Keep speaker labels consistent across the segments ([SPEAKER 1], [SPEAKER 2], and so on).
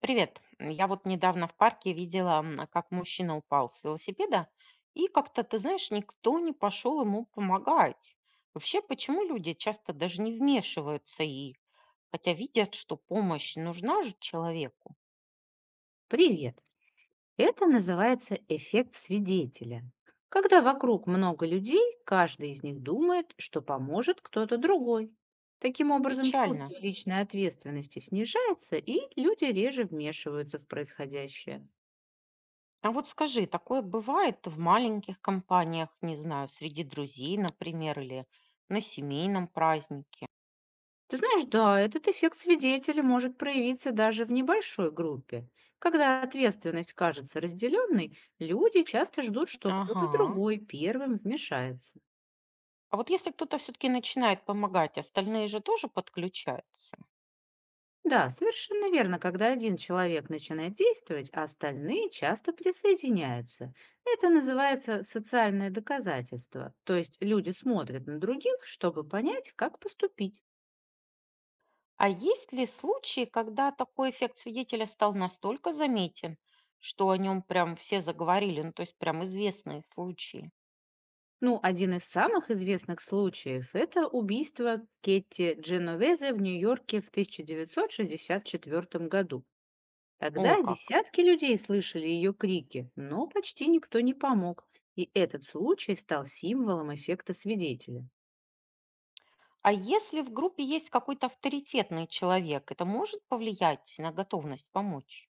[SPEAKER 1] Привет. Я вот недавно в парке видела, как мужчина упал с велосипеда, и как-то, ты знаешь, никто не пошел ему помогать. Вообще, почему люди часто даже не вмешиваются и, хотя видят, что помощь нужна же человеку?
[SPEAKER 2] Привет! Это называется эффект свидетеля. Когда вокруг много людей, каждый из них думает, что поможет кто-то другой. Таким образом,
[SPEAKER 1] Печально.
[SPEAKER 2] чувство личной ответственности снижается, и люди реже вмешиваются в происходящее.
[SPEAKER 1] А вот скажи, такое бывает в маленьких компаниях, не знаю, среди друзей, например, или на семейном празднике?
[SPEAKER 2] Ты знаешь, да, этот эффект свидетеля может проявиться даже в небольшой группе. Когда ответственность кажется разделенной, люди часто ждут, что кто-то
[SPEAKER 1] Ага.
[SPEAKER 2] другой первым вмешается.
[SPEAKER 1] А вот если кто-то все-таки начинает помогать, остальные же тоже подключаются?
[SPEAKER 2] Да, совершенно верно, когда один человек начинает действовать, а остальные часто присоединяются. Это называется социальное доказательство, то есть люди смотрят на других, чтобы понять, как поступить.
[SPEAKER 1] А есть ли случаи, когда такой эффект свидетеля стал настолько заметен, что о нем прям все заговорили, ну то есть прям известные случаи?
[SPEAKER 2] Ну, один из самых известных случаев– это убийство Кетти Дженовезе в Нью-Йорке в 1964 году.
[SPEAKER 1] О,
[SPEAKER 2] Тогда
[SPEAKER 1] как.
[SPEAKER 2] десятки людей слышали ее крики, но почти никто не помог, и этот случай стал символом эффекта свидетеля.
[SPEAKER 1] А если в группе есть какой-то авторитетный человек, это может повлиять на готовность помочь?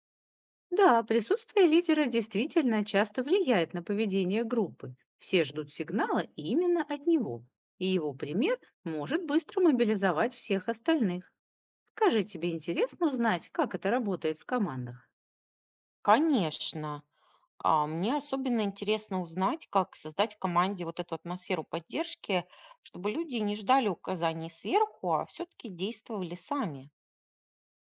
[SPEAKER 2] Да, присутствие лидера действительно часто влияет на поведение группы. Все ждут сигнала именно от него, и его пример может быстро мобилизовать всех остальных. Скажи, тебе интересно узнать, как это работает в командах?
[SPEAKER 1] Конечно. А мне особенно интересно узнать, как создать в команде вот эту атмосферу поддержки, чтобы люди не ждали указаний сверху, а все-таки действовали сами.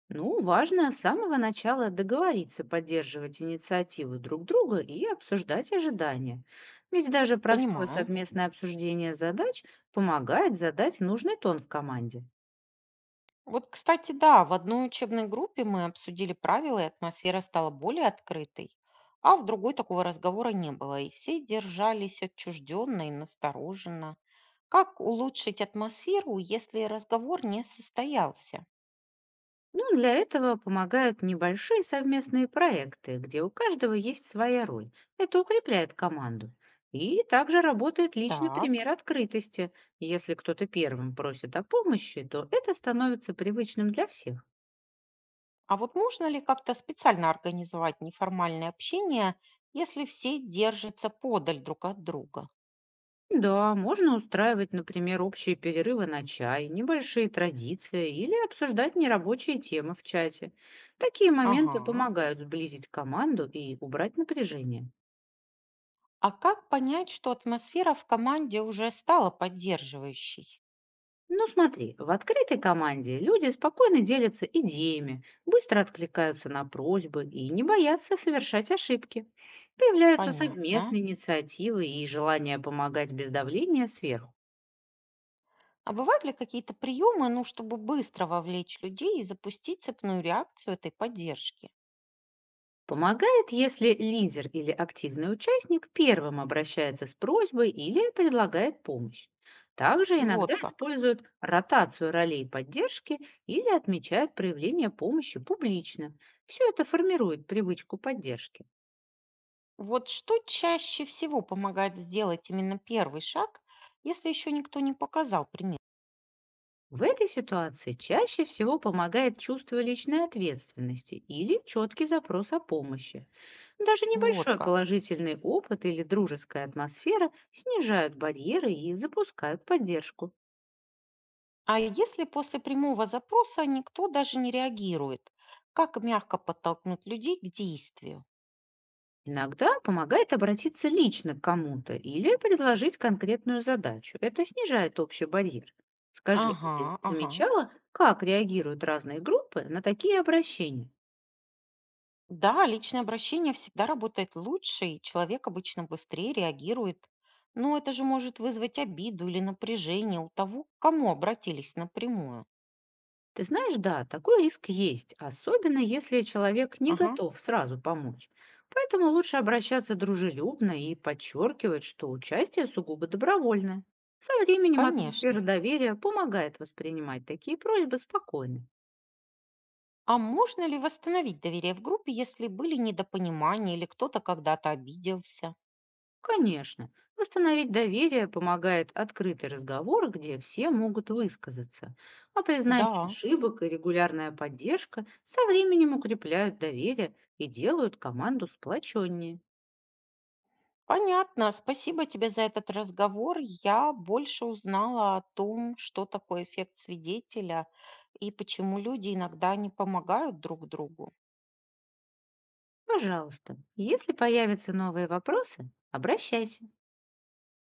[SPEAKER 2] Ну, важно с самого начала договориться поддерживать инициативы друг друга и обсуждать ожидания. Ведь даже простое
[SPEAKER 1] Понимаю.
[SPEAKER 2] совместное обсуждение задач помогает задать нужный тон в команде.
[SPEAKER 1] Вот, кстати, да, в одной учебной группе мы обсудили правила, и атмосфера стала более открытой, а в другой такого разговора не было, и все держались отчужденно и настороженно. Как улучшить атмосферу, если разговор не состоялся?
[SPEAKER 2] Ну, для этого помогают небольшие совместные проекты, где у каждого есть своя роль. Это укрепляет команду. И также работает личный
[SPEAKER 1] Так,
[SPEAKER 2] пример открытости. Если кто-то первым просит о помощи, то это становится привычным для всех.
[SPEAKER 1] а вот можно ли как-то специально организовать неформальное общение, если все держатся подаль друг от друга?
[SPEAKER 2] Да, можно устраивать, например, общие перерывы на чай, небольшие традиции или обсуждать нерабочие темы в чате. Такие моменты
[SPEAKER 1] Ага.
[SPEAKER 2] помогают сблизить команду и убрать напряжение.
[SPEAKER 1] А как понять, что атмосфера в команде уже стала поддерживающей?
[SPEAKER 2] Ну смотри, в открытой команде люди спокойно делятся идеями, быстро откликаются на просьбы и не боятся совершать ошибки. Появляются
[SPEAKER 1] Понятно.
[SPEAKER 2] совместные инициативы и желание помогать без давления сверху.
[SPEAKER 1] А бывают ли какие-то приемы, ну, чтобы быстро вовлечь людей и запустить цепную реакцию этой поддержки?
[SPEAKER 2] Помогает, если лидер или активный участник первым обращается с просьбой или предлагает помощь. Также иногда
[SPEAKER 1] Вот как.
[SPEAKER 2] используют ротацию ролей поддержки или отмечают проявление помощи публично. Все это формирует привычку поддержки.
[SPEAKER 1] Вот что чаще всего помогает сделать именно первый шаг, если еще никто не показал пример?
[SPEAKER 2] В этой ситуации чаще всего помогает чувство личной ответственности или четкий запрос о помощи. Даже
[SPEAKER 1] Вот
[SPEAKER 2] небольшой
[SPEAKER 1] как.
[SPEAKER 2] положительный опыт или дружеская атмосфера снижают барьеры и запускают поддержку.
[SPEAKER 1] А если после прямого запроса никто даже не реагирует, как мягко подтолкнуть людей к действию?
[SPEAKER 2] Иногда помогает обратиться лично к кому-то или предложить конкретную задачу. Это снижает общий барьер. Скажи, а
[SPEAKER 1] Ага,
[SPEAKER 2] ты
[SPEAKER 1] ага.
[SPEAKER 2] замечала, как реагируют разные группы на такие обращения?
[SPEAKER 1] Да, личное обращение всегда работает лучше, и человек обычно быстрее реагирует. Но это же может вызвать обиду или напряжение у того, к кому обратились напрямую.
[SPEAKER 2] Ты знаешь, да, такой риск есть, особенно если человек не
[SPEAKER 1] Ага,
[SPEAKER 2] готов сразу помочь. Поэтому лучше обращаться дружелюбно и подчеркивать, что участие сугубо добровольное. Со временем атмосфера
[SPEAKER 1] конечно.
[SPEAKER 2] доверия помогает воспринимать такие просьбы спокойно.
[SPEAKER 1] А можно ли восстановить доверие в группе, если были недопонимания или кто-то когда-то обиделся?
[SPEAKER 2] Конечно, восстановить доверие помогает открытый разговор, где все могут высказаться. А признание
[SPEAKER 1] Да,
[SPEAKER 2] ошибок и регулярная поддержка со временем укрепляют доверие и делают команду сплоченнее.
[SPEAKER 1] понятно. Спасибо тебе за этот разговор. Я больше узнала о том, что такое эффект свидетеля и почему люди иногда не помогают друг другу.
[SPEAKER 2] Пожалуйста, если появятся новые вопросы, обращайся.